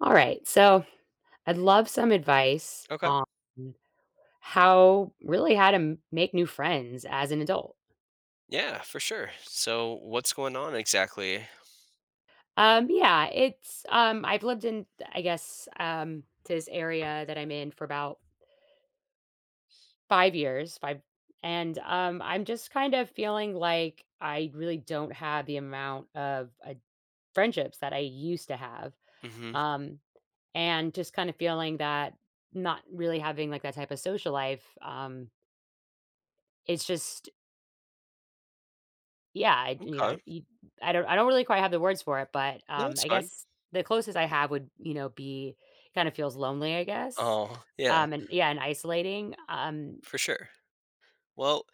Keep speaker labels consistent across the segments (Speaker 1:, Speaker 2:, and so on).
Speaker 1: All right. So I'd love some advice
Speaker 2: Okay.
Speaker 1: on how to make new friends as an adult.
Speaker 2: Yeah, for sure. So what's going on exactly?
Speaker 1: Yeah, it's I've lived in I guess this area that I'm in for about five years, five and I'm just kind of feeling like I really don't have the amount of friendships that I used to have.
Speaker 2: Mhm.
Speaker 1: Um and just kind of feeling that not really having like that type of social life. It's just yeah, I you know,
Speaker 2: Okay.
Speaker 1: you I don't really quite have the words for it, but,
Speaker 2: No, it's
Speaker 1: I
Speaker 2: fine.
Speaker 1: guess the closest I have would, be kinda feels lonely, I guess.
Speaker 2: Oh, yeah,
Speaker 1: And yeah, and isolating.
Speaker 2: for sure. Well,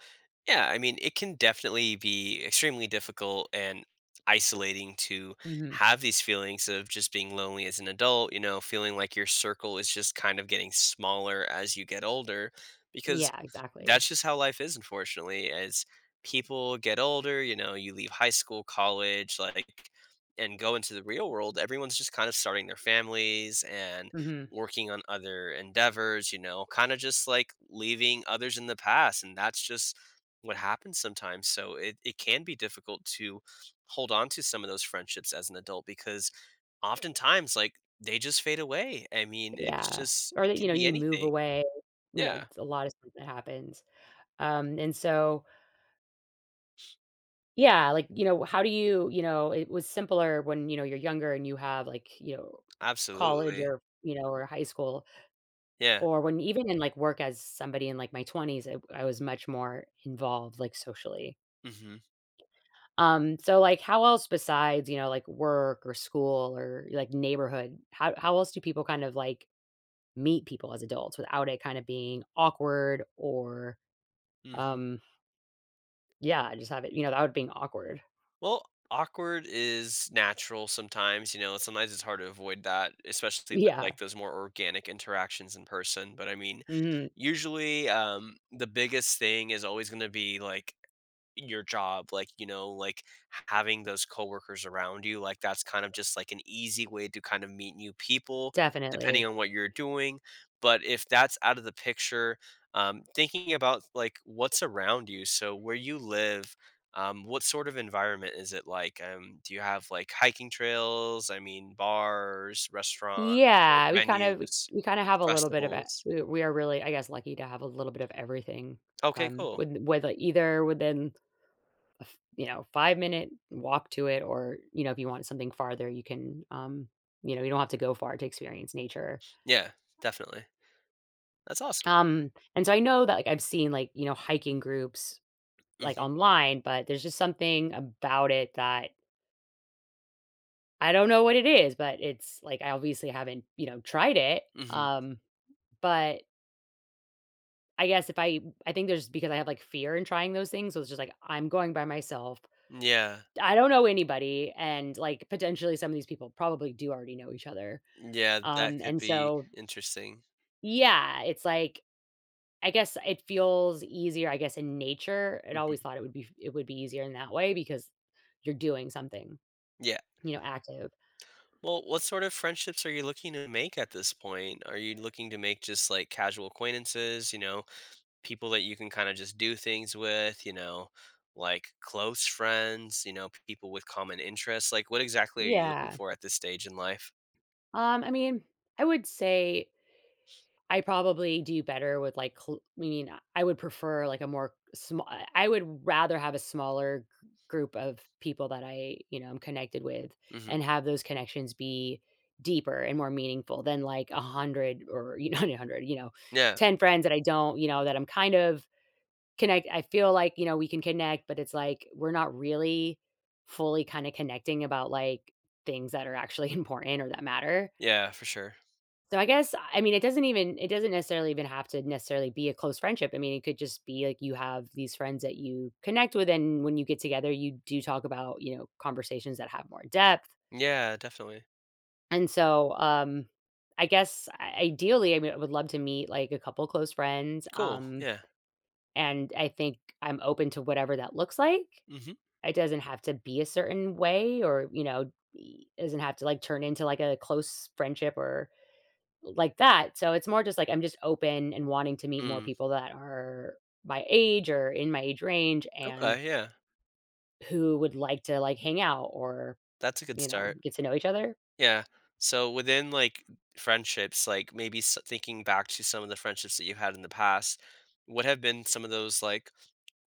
Speaker 2: yeah, I mean, it can definitely be extremely difficult and isolating to
Speaker 1: Mhm.
Speaker 2: have these feelings of just being lonely as an adult, you know, feeling like your circle is just kind of getting smaller as you get older because
Speaker 1: Yeah, exactly.
Speaker 2: that's just how life is unfortunately as people get older, you know, you leave high school, college, like and go into the real world, everyone's just kind of starting their families and
Speaker 1: Mhm.
Speaker 2: working on other endeavors, you know, kind of just like leaving others in the past. And that's just what happens sometimes. So it can be difficult to hold on to some of those friendships as an adult because oftentimes, like, they just fade away. I mean, it's
Speaker 1: Yeah.
Speaker 2: just,
Speaker 1: Or
Speaker 2: it
Speaker 1: that, you
Speaker 2: can
Speaker 1: know,
Speaker 2: be
Speaker 1: you move
Speaker 2: anything.
Speaker 1: away, you know,
Speaker 2: Yeah,
Speaker 1: it's a lot of stuff that happens. And so, yeah, like, you know, it was simpler when, you know, you're younger and you have, like, you know, college
Speaker 2: absolutely.
Speaker 1: or, you know, or high school.
Speaker 2: Yeah.
Speaker 1: Or when even in, like, work as somebody in, like, my 20s, I was much more involved, like, socially.
Speaker 2: Hmm.
Speaker 1: So, like, how else besides, you know, like, work or school or, like, neighborhood, how else do people kind of, like, meet people as adults without it kinda being awkward, or,
Speaker 2: Hmm.
Speaker 1: um yeah, just have it, you know, that would being awkward.
Speaker 2: Well, awkward is natural sometimes, you know, sometimes it's hard to avoid that, especially with
Speaker 1: Yeah.
Speaker 2: like those more organic interactions in person. But I mean,
Speaker 1: Mhm.
Speaker 2: usually the biggest thing is always going to be like your job, like, you know, like having those coworkers around you, like that's kind of just like an easy way to kind of meet new people
Speaker 1: Definitely.
Speaker 2: depending on what you're doing, but if that's out of the picture, thinking about like what's around you, so where you live, what sort of environment is it like? Do you have like hiking trails? I mean, bars, restaurants, like
Speaker 1: Yeah, we kind of we
Speaker 2: venues,
Speaker 1: we kinda have a little bit of e
Speaker 2: festivals?
Speaker 1: we are really, I guess, lucky to have a little bit of everything,
Speaker 2: Okay, cool.
Speaker 1: with, like, either within you know 5-minute walk to it, or you know if you want something farther you can you know, you don't have to go far to experience nature.
Speaker 2: Yeah, definitely. That's awesome.
Speaker 1: And so I know that, like, I've seen, like, you know, hiking groups like
Speaker 2: Hmm.
Speaker 1: online, but there's just something about it that I don't know what it is, but it's like I obviously haven't, you know, tried it.
Speaker 2: Hmm.
Speaker 1: Um but I guess if I I think there's because I have like fear in trying those things, so it's just like I'm going by myself,
Speaker 2: Yeah.
Speaker 1: I don't know anybody, and like potentially some of these people probably do already know each other.
Speaker 2: Yeah, that could
Speaker 1: And
Speaker 2: be
Speaker 1: so
Speaker 2: interesting.
Speaker 1: yeah, it's like I guess it feels easier, I guess, in nature. It always
Speaker 2: Hmm.
Speaker 1: thought it would be easier in that way because you're doing something,
Speaker 2: Yeah.
Speaker 1: you know, active.
Speaker 2: Well, what sort of friendships are you looking to make at this point? Are you looking to make just like casual acquaintances, you know, people that you can kind of just do things with, you know, like close friends, you know, people with common interests. Like, what exactly are you looking
Speaker 1: Yeah.
Speaker 2: for at this stage in life?
Speaker 1: I mean, I would say I probably do better with, like, cl I mean, I would prefer, like, a more small. I would rather have a smaller g group of people that I, you know, I am connected with
Speaker 2: Hmm.
Speaker 1: and have those connections be deeper and more meaningful than, like, 100, or, you know, not 100, you know,
Speaker 2: Yeah,
Speaker 1: 10 friends that I don't, you know, that I'm kind of connect I feel like, you know, we can connect, but it's like we're not really fully kinda connecting about, like, things that are actually important or that matter.
Speaker 2: yeah, for sure.
Speaker 1: So I guess I mean, it doesn't even it doesn't necessarily even have to necessarily be a close friendship. I mean, it could just be like you have these friends that you connect with, and when you get together, you do talk about you know conversations that have more depth.
Speaker 2: Yeah, definitely.
Speaker 1: And so, I guess ideally, I mean, I would love to meet like a couple close friends.
Speaker 2: Cool. Yeah.
Speaker 1: And I think I'm open to whatever that looks like.
Speaker 2: Hmm.
Speaker 1: It doesn't have to be a certain way, or you know, doesn't have to like turn into like a close friendship or like that, so it's more just like I'm just open and wanting to meet more
Speaker 2: Mm.
Speaker 1: people that are my age or in my age range and
Speaker 2: Okay. Yeah,
Speaker 1: who would like to, like, hang out, or,
Speaker 2: that's a good
Speaker 1: you know,
Speaker 2: start.
Speaker 1: get to know each other.
Speaker 2: Yeah. So within like friendships, like maybe thinking back to some of the friendships that you've had in the past, what have been some of those like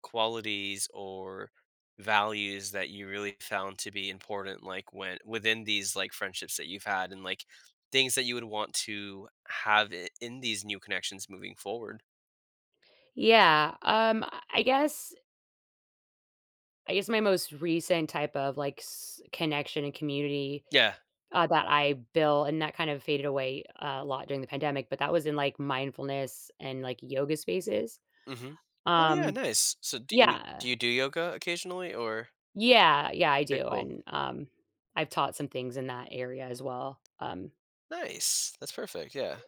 Speaker 2: qualities or values that you really found to be important like when within these like friendships that you've had and like things that you would want to have in these new connections moving forward.
Speaker 1: Yeah, I guess I guess my most recent type of, like, s connection and community,
Speaker 2: Yeah.
Speaker 1: that I built and that kind of faded away a lot during the pandemic, but that was in, like, mindfulness and, like, yoga spaces.
Speaker 2: Hmm. Oh yeah,
Speaker 1: Um,
Speaker 2: nice. So do you
Speaker 1: yeah.
Speaker 2: do yoga occasionally or
Speaker 1: Yeah, I
Speaker 2: okay,
Speaker 1: do,
Speaker 2: cool.
Speaker 1: and, I've taught some things in that area as well,
Speaker 2: Nice, that's perfect. Yeah.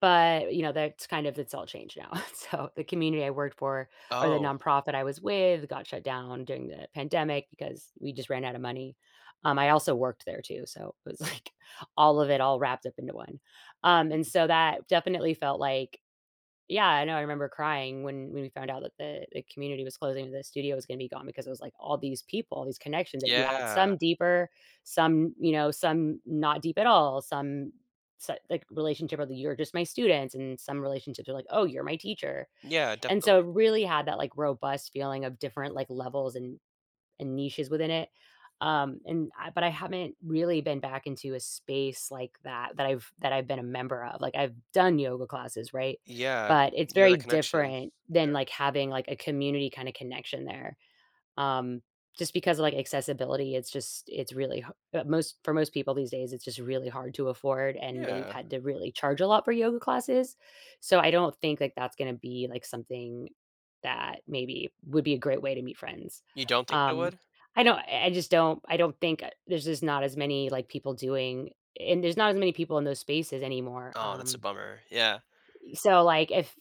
Speaker 1: but, you know, that's kind of it's all changed now. So, the community I worked for or the
Speaker 2: Oh.
Speaker 1: nonprofit I was with got shut down during the pandemic because we just ran out of money. I also worked there too, so it was, like, all of it all wrapped up into one. And
Speaker 2: Mhm.
Speaker 1: so that definitely felt like yeah, I know, I remember crying when we found out that the community was closing, the studio was gonna be gone because it was, like, all these people, all these connections that you had,
Speaker 2: Yeah.
Speaker 1: some deeper, some, you know, some not deep at all, some s like, relationship of the "You're just my students," and some relationships are like, "Oh, you're my teacher."
Speaker 2: Yeah,
Speaker 1: And so
Speaker 2: definitely,
Speaker 1: it really had that, like, robust feeling of different, like, levels and niches within it. But I haven't really been back into a space like that that I've been a member of. Like I've done yoga classes, right?
Speaker 2: yeah.
Speaker 1: But it's
Speaker 2: You have
Speaker 1: very
Speaker 2: that connection.
Speaker 1: different
Speaker 2: Yeah.
Speaker 1: than like having like a community kind of connection there. Um, just because of, like, accessibility, it's just it's really ha most for most people these days, it's just really hard to afford, and they've
Speaker 2: Yeah.
Speaker 1: had to really charge a lot for yoga classes. So, I don't think, like, that's gonna be, like, something that maybe would be a great way to meet friends.
Speaker 2: You don't think it
Speaker 1: Um,
Speaker 2: would.
Speaker 1: I don't think there's just not as many, like, people doing and there's not as many people in those spaces anymore,
Speaker 2: Oh, that's a bummer. Yeah.
Speaker 1: so, like, if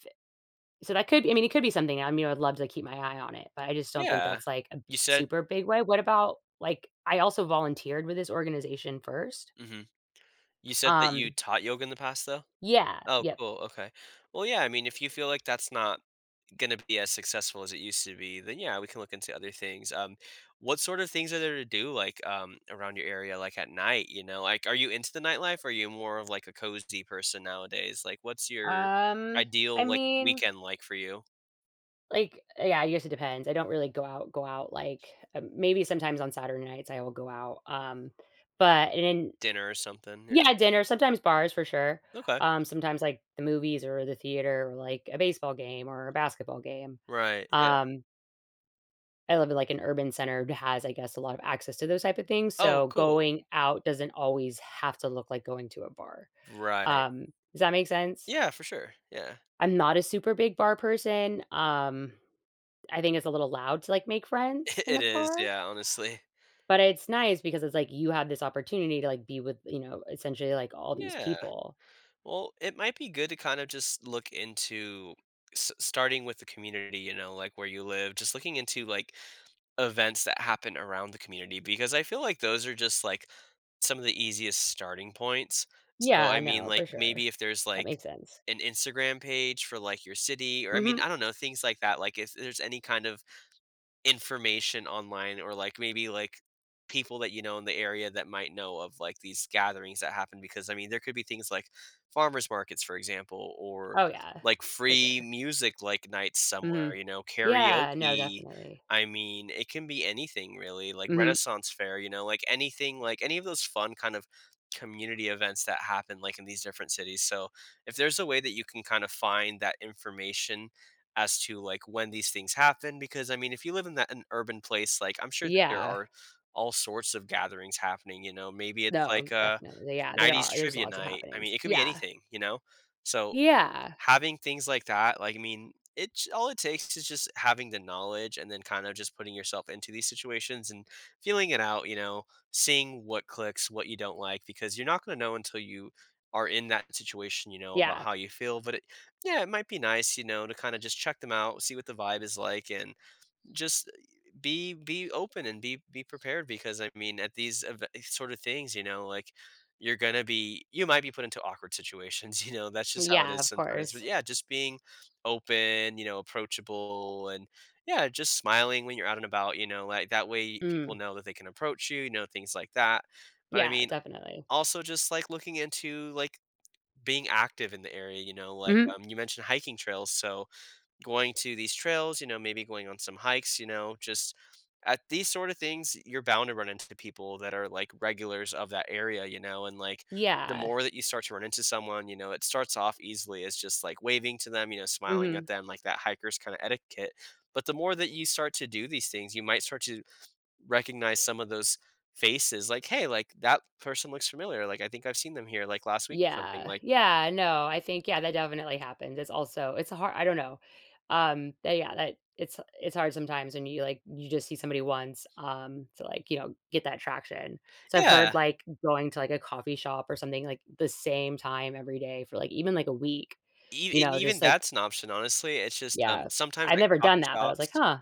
Speaker 1: so that could I mean, it could be something, I mean, I'd love to keep my eye on it, but I just don't think
Speaker 2: Yeah,
Speaker 1: that's, like, a
Speaker 2: you said.
Speaker 1: super big way. What about like, I also volunteered with this organization first.
Speaker 2: Mhm. You said that you
Speaker 1: Um,
Speaker 2: taught yoga in the past, though?
Speaker 1: yeah,
Speaker 2: Oh,
Speaker 1: yep.
Speaker 2: cool, okay. Well, yeah, I mean, if you feel like that's not gonna be as successful as it used to be, then, yeah, we can look into other things. What sort of things are there to do, like, around your area, like, at night, you know? Like, are you into the nightlife? Or are you more of, like, a cozy person nowadays? Like, what's your
Speaker 1: Um, I
Speaker 2: ideal, like,
Speaker 1: mean,
Speaker 2: weekend like for you?
Speaker 1: like, yeah, I guess it depends. I don't really go out, like, maybe sometimes on Saturday nights I will go out, but and then
Speaker 2: Dinner or something? Yeah.
Speaker 1: yeah, dinner, sometimes bars for sure.
Speaker 2: Okay.
Speaker 1: Sometimes, like, the movies or the theater or, like, a baseball game or a basketball game.
Speaker 2: Right, yeah.
Speaker 1: Um I live in, like, an urban center that has, I guess, a lot of access to those type of things,
Speaker 2: Oh,
Speaker 1: so
Speaker 2: cool.
Speaker 1: going out doesn't always have to look like going to a bar.
Speaker 2: Right.
Speaker 1: Um, does that make sense?
Speaker 2: Yeah, for sure, yeah.
Speaker 1: I'm not a super big bar person, I think it's a little loud to, like, make friends in
Speaker 2: It
Speaker 1: a
Speaker 2: is,
Speaker 1: bar,
Speaker 2: yeah, honestly.
Speaker 1: but it's nice because it's like you have this opportunity to, like, be with, you know, essentially, like, all these
Speaker 2: Yeah.
Speaker 1: people.
Speaker 2: Well, it might be good to kind of just look into starting with the community, you know, like where you live, just looking into like events that happen around the community because I feel like those are just like some of the easiest starting points. So,
Speaker 1: Yeah,
Speaker 2: I mean,
Speaker 1: no, for
Speaker 2: like
Speaker 1: sure.
Speaker 2: maybe if there's
Speaker 1: That
Speaker 2: like
Speaker 1: makes sense.
Speaker 2: an Instagram page for like your city, or I mean,
Speaker 1: Mhm.
Speaker 2: I don't know, things like that. Like if there's any kind of information online or like maybe like people that you know in the area that might know of like these gatherings that happen, because I mean there could be things like farmers markets for example, or
Speaker 1: Oh, yeah,
Speaker 2: like
Speaker 1: for
Speaker 2: free
Speaker 1: sure.
Speaker 2: music like nights somewhere,
Speaker 1: Mhm.
Speaker 2: you know,
Speaker 1: Yeah, no,
Speaker 2: karaoke.
Speaker 1: definitely.
Speaker 2: I mean it can be anything really, like
Speaker 1: Mhm.
Speaker 2: renaissance fair, you know, like anything, like any of those fun kind of community events that happen like in these different cities. So if there's a way that you can kind of find that information as to like when these things happen, because I mean if you live in that an urban place, like I'm sure that there
Speaker 1: Yeah.
Speaker 2: are all sorts of gatherings happening, you know, maybe it's
Speaker 1: No,
Speaker 2: like a
Speaker 1: definitely, yeah, there
Speaker 2: 90s
Speaker 1: are there's
Speaker 2: trivia
Speaker 1: lots of
Speaker 2: night. I mean,
Speaker 1: happenings.
Speaker 2: it could be
Speaker 1: Yeah.
Speaker 2: anything, you know. So
Speaker 1: Yeah.
Speaker 2: having things like that, like, I mean, it j all it takes is just having the knowledge and then kind of just putting yourself into these situations and feeling it out, you know, seeing what clicks, what you don't like, because you're not gonna know until you are in that situation, you know, about
Speaker 1: Yeah.
Speaker 2: how you feel, but it yeah, it might be nice, you know, to kinda just check them out, see what the vibe is like, and just be open and be prepared because I mean at these sort of things, you know, like you're gonna be you might be put into awkward situations, you know, that's just how it
Speaker 1: Yeah,
Speaker 2: is
Speaker 1: of
Speaker 2: sometimes. But
Speaker 1: course.
Speaker 2: yeah, just being open, you know, approachable and yeah, just smiling when you're out and about, you know, like that way people
Speaker 1: Mm.
Speaker 2: know that they can approach you, you know, things like that. But I
Speaker 1: Yeah,
Speaker 2: mean
Speaker 1: definitely.
Speaker 2: also just like looking into like being active in the area, you know, like
Speaker 1: Mhm.
Speaker 2: you mentioned hiking trails. So going to these trails, you know, maybe going on some hikes, you know, just at these sort of things, you're bound to run into people that are like regulars of that area, you know, and like the
Speaker 1: Yeah.
Speaker 2: more that you start to run into someone, you know, it starts off easily as just like waving to them, you know, smiling at
Speaker 1: Mhm.
Speaker 2: them, like that hiker's kind of etiquette. But the more that you start to do these things, you might start to recognize some of those faces, like hey, like that person looks familiar, like I think I've seen them here like last week or something,
Speaker 1: Yeah.
Speaker 2: like
Speaker 1: Yeah, no, I think, yeah, that definitely happens. It's also it's a hard I don't know. That yeah, that it's hard sometimes when you, like, you just see somebody once, to, like, you know, get that traction. So I've heard,
Speaker 2: yeah.
Speaker 1: like, going to, like, a coffee shop or something, like, the same time every day for, like, even, like, a week,
Speaker 2: Eve
Speaker 1: you
Speaker 2: And
Speaker 1: know,
Speaker 2: even
Speaker 1: just, like,
Speaker 2: that's an option, honestly, it's just,
Speaker 1: yeah.
Speaker 2: sometimes
Speaker 1: I've
Speaker 2: at
Speaker 1: never done
Speaker 2: coffee
Speaker 1: that, but I was like,
Speaker 2: shops
Speaker 1: "Huh.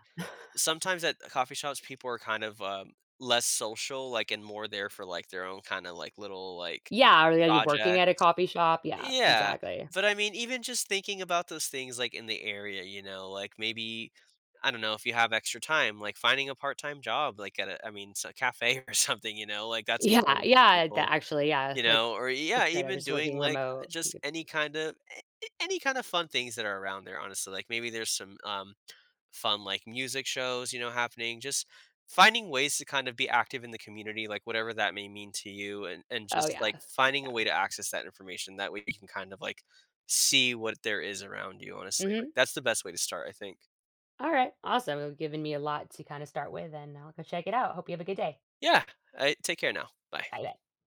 Speaker 2: sometimes at coffee shops, people are kind of, less social, like, and more there for, like, their own kinda, like, little, like,
Speaker 1: Yeah, are you working
Speaker 2: project.
Speaker 1: at a coffee shop?" Yeah,
Speaker 2: Yeah,
Speaker 1: exactly.
Speaker 2: but, I mean, even just thinking about those things, like, in the area, you know, like, maybe, I don't know, if you have extra time, like, finding a part-time job, like, at a I mean, s a cafe or something, you know, like, that's a good way
Speaker 1: Yeah,
Speaker 2: to meet
Speaker 1: yeah, that
Speaker 2: people.
Speaker 1: actually, yeah,
Speaker 2: You
Speaker 1: like,
Speaker 2: know, or yeah,
Speaker 1: instead of
Speaker 2: even
Speaker 1: just
Speaker 2: doing
Speaker 1: working
Speaker 2: like
Speaker 1: remote.
Speaker 2: just
Speaker 1: Y
Speaker 2: any kind of fun things that are around there, honestly. Like maybe there's some, fun, like, music shows, you know, happening. Just finding ways to kind of be active in the community, like whatever that may mean to you, and
Speaker 1: Oh,
Speaker 2: just
Speaker 1: yeah.
Speaker 2: like finding a
Speaker 1: Yeah.
Speaker 2: way to access that information. That way you can kind of like see what there is around you, honestly. Like
Speaker 1: Mhm.
Speaker 2: that's the best way to start, I think.
Speaker 1: Alright, awesome. You've given me a lot to kinda start with, and I'll go check it out. Hope you have a good day.
Speaker 2: Yeah. I take care now. Bye.
Speaker 1: Bye.